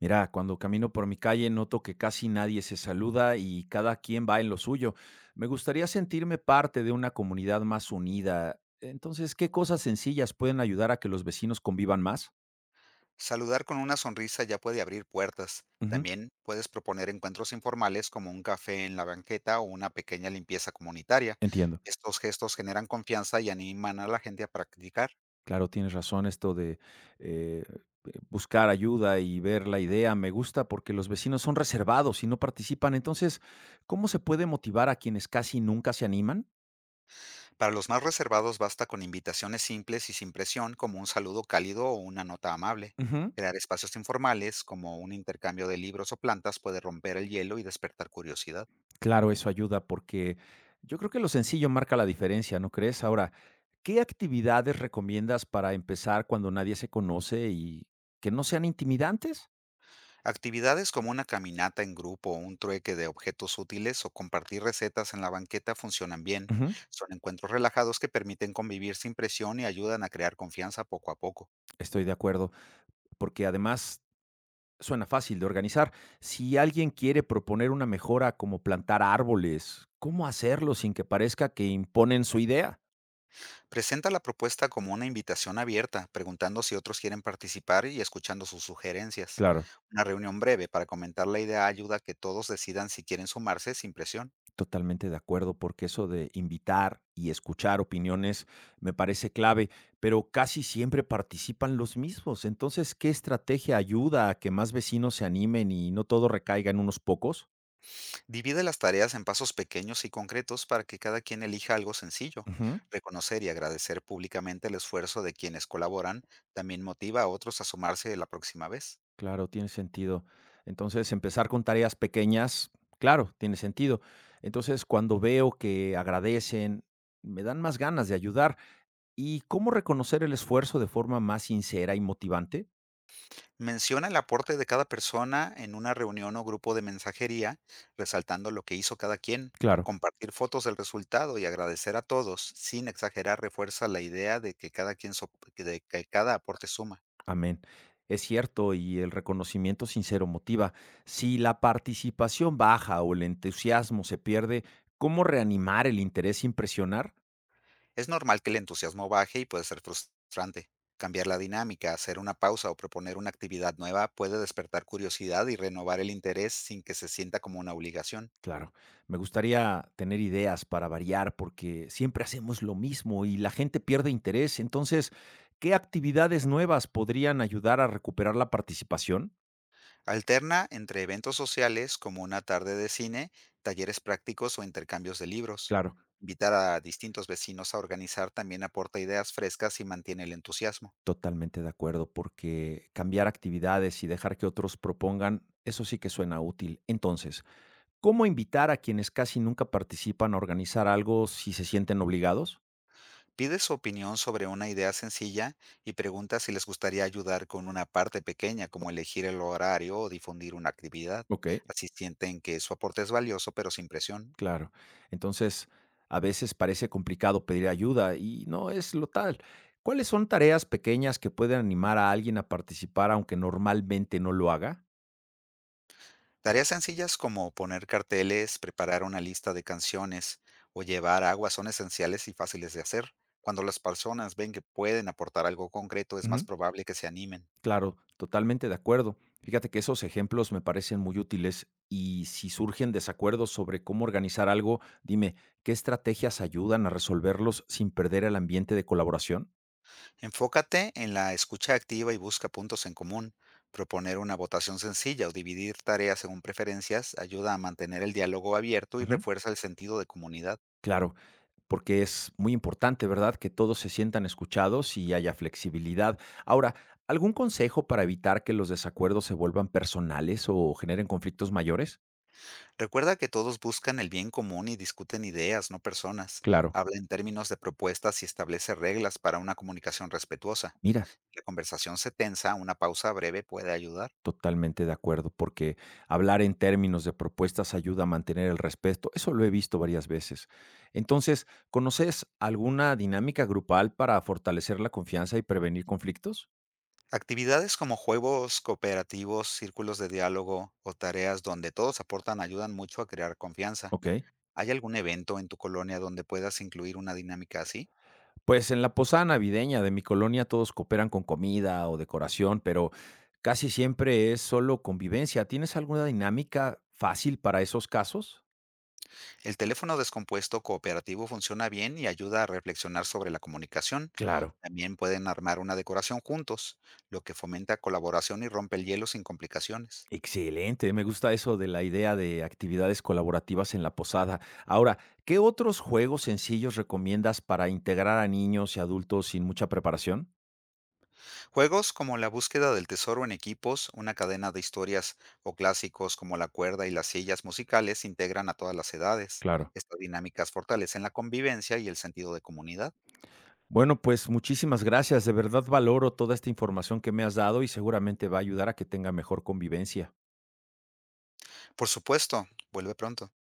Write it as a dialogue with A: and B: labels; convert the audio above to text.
A: Mira, cuando camino por mi calle noto que casi nadie se saluda y cada quien va en lo suyo. Me gustaría sentirme parte de una comunidad más unida. Entonces, ¿qué cosas sencillas pueden ayudar a que los vecinos convivan más?
B: Saludar con una sonrisa ya puede abrir puertas.
A: Ujú,
B: También puedes proponer encuentros informales como un café en la banqueta o una pequeña limpieza comunitaria.
A: entiendo.
B: Estos gestos generan confianza y animan a la gente a practicar.
A: Claro, tienes razón esto de eh, buscar ayuda y ver la idea. Me gusta porque los vecinos son reservados y no participan. Entonces, ¿cómo se puede motivar a quienes casi nunca se animan?
B: Para los más reservados basta con invitaciones simples y sin presión como un saludo cálido o una nota amable.
A: Ujú.
B: Crear espacios informales como un intercambio de libros o plantas puede romper el hielo y despertar curiosidad.
A: Claro, eso ayuda porque yo creo que lo sencillo marca la diferencia, ¿no crees? Ahora, ¿qué actividades recomiendas para empezar cuando nadie se conoce y que no sean intimidantes?
B: Actividades como una caminata en grupo, un trueque de objetos útiles o compartir recetas en la banqueta funcionan bien.
A: Ujú,
B: Son encuentros relajados que permiten convivir sin presión y ayudan a crear confianza poco a poco.
A: estoy de acuerdo, porque además suena fácil de organizar. Si alguien quiere proponer una mejora como plantar árboles, ¿cómo hacerlo sin que parezca que imponen su idea?
B: Presenta la propuesta como una invitación abierta, preguntando si otros quieren participar y escuchando sus sugerencias.
A: Claro.
B: Una reunión breve para comentar la idea ayuda a que todos decidan si quieren sumarse sin presión.
A: Totalmente de acuerdo, porque eso de invitar y escuchar opiniones me parece clave, pero casi siempre participan los mismos. Entonces, ¿qué estrategia ayuda a que más vecinos se animen y no todo recaiga en unos pocos?
B: Divide las tareas en pasos pequeños y concretos para que cada quien elija algo sencillo.
A: Ujú,
B: Reconocer y agradecer públicamente el esfuerzo de quienes colaboran también motiva a otros a sumarse la próxima vez.
A: claro, tiene sentido. Entonces, empezar con tareas pequeñas, claro, tiene sentido. Entonces, cuando veo que agradecen, me dan más ganas de ayudar. ¿Y cómo reconocer el esfuerzo de forma más sincera y motivante?
B: Menciona el aporte de cada persona en una reunión o grupo de mensajería, resaltando lo que hizo cada quien.
A: Claro.
B: Compartir fotos del resultado y agradecer a todos, sin exagerar, refuerza la idea de que de que cada aporte suma.
A: Amén. Es cierto, y el reconocimiento sincero motiva. Si la participación baja o el entusiasmo se pierde, ¿cómo reanimar el interés sin presionar?
B: Es normal que el entusiasmo baje y puede ser frustrante. Cambiar la dinámica, hacer una pausa o proponer una actividad nueva puede despertar curiosidad y renovar el interés sin que se sienta como una obligación.
A: Claro, me gustaría tener ideas para variar porque siempre hacemos lo mismo y la gente pierde interés. Entonces, ¿qué actividades nuevas podrían ayudar a recuperar la participación?
B: Alterna entre eventos sociales como una tarde de cine, talleres prácticos o intercambios de libros.
A: Claro,
B: Invitar a distintos vecinos a organizar también aporta ideas frescas y mantiene el entusiasmo.
A: totalmente de acuerdo, porque cambiar actividades y dejar que otros propongan, eso sí que suena útil. Entonces, ¿cómo invitar a quienes casi nunca participan a organizar algo si se sienten obligados?
B: Pide su opinión sobre una idea sencilla y pregunta si les gustaría ayudar con una parte pequeña, como elegir el horario o difundir una actividad.
A: Okey,
B: Así sienten que su aporte es valioso, pero sin presión.
A: claro. Entonces, a veces parece complicado pedir ayuda y no es lo tal. ¿Cuáles son tareas pequeñas que pueden animar a alguien a participar aunque normalmente no lo haga?
B: Tareas sencillas como poner carteles, preparar una lista de canciones o llevar agua son esenciales y fáciles de hacer. Cuando las personas ven que pueden aportar algo concreto, es más
A: Ujú.
B: probable que se animen.
A: Claro, totalmente de acuerdo. Fíjate que esos ejemplos me parecen muy útiles y si surgen desacuerdos sobre cómo organizar algo, dime, ¿qué estrategias ayudan a resolverlos sin perder el ambiente de colaboración?
B: Enfócate en la escucha activa y busca puntos en común. Proponer una votación sencilla o dividir tareas según preferencias ayuda a mantener el diálogo abierto y
A: Ujú.
B: refuerza el sentido de comunidad.
A: Claro, porque es muy importante, ¿verdad? Que todos se sientan escuchados y haya flexibilidad. Ahora, ¿algún consejo para evitar que los desacuerdos se vuelvan personales o generen conflictos mayores?
B: Recuerda que todos buscan el bien común y discuten ideas, no personas.
A: Claro,
B: Habla en términos de propuestas y establece reglas para una comunicación respetuosa.
A: mira,
B: La conversación se tensa, una pausa breve puede ayudar.
A: totalmente de acuerdo, porque hablar en términos de propuestas ayuda a mantener el respeto. Eso lo he visto varias veces. Entonces, ¿conoces alguna dinámica grupal para fortalecer la confianza y prevenir conflictos?
B: Actividades como juegos cooperativos, círculos de diálogo o tareas donde todos aportan ayudan mucho a crear confianza.
A: Ok.
B: ¿Hay algún evento en tu colonia donde puedas incluir una dinámica así?
A: Pues en la posada navideña de mi colonia todos cooperan con comida o decoración, pero casi siempre es solo convivencia. ¿Tienes alguna dinámica fácil para esos casos?
B: El teléfono descompuesto cooperativo funciona bien y ayuda a reflexionar sobre la comunicación.
A: Claro.
B: También pueden armar una decoración juntos, lo que fomenta colaboración y rompe el hielo sin complicaciones.
A: Excelente, me gusta eso de la idea de actividades colaborativas en la posada. Ahora, ¿qué otros juegos sencillos recomiendas para integrar a niños y adultos sin mucha preparación?
B: Juegos como la búsqueda del tesoro en equipos, una cadena de historias o clásicos como la cuerda y las sillas musicales integran a todas las edades.
A: Claro.
B: Estas dinámicas fortalecen la convivencia y el sentido de comunidad.
A: Bueno, pues muchísimas gracias. De verdad valoro toda esta información que me has dado y seguramente va a ayudar a que tenga mejor convivencia.
B: Por supuesto, vuelve pronto.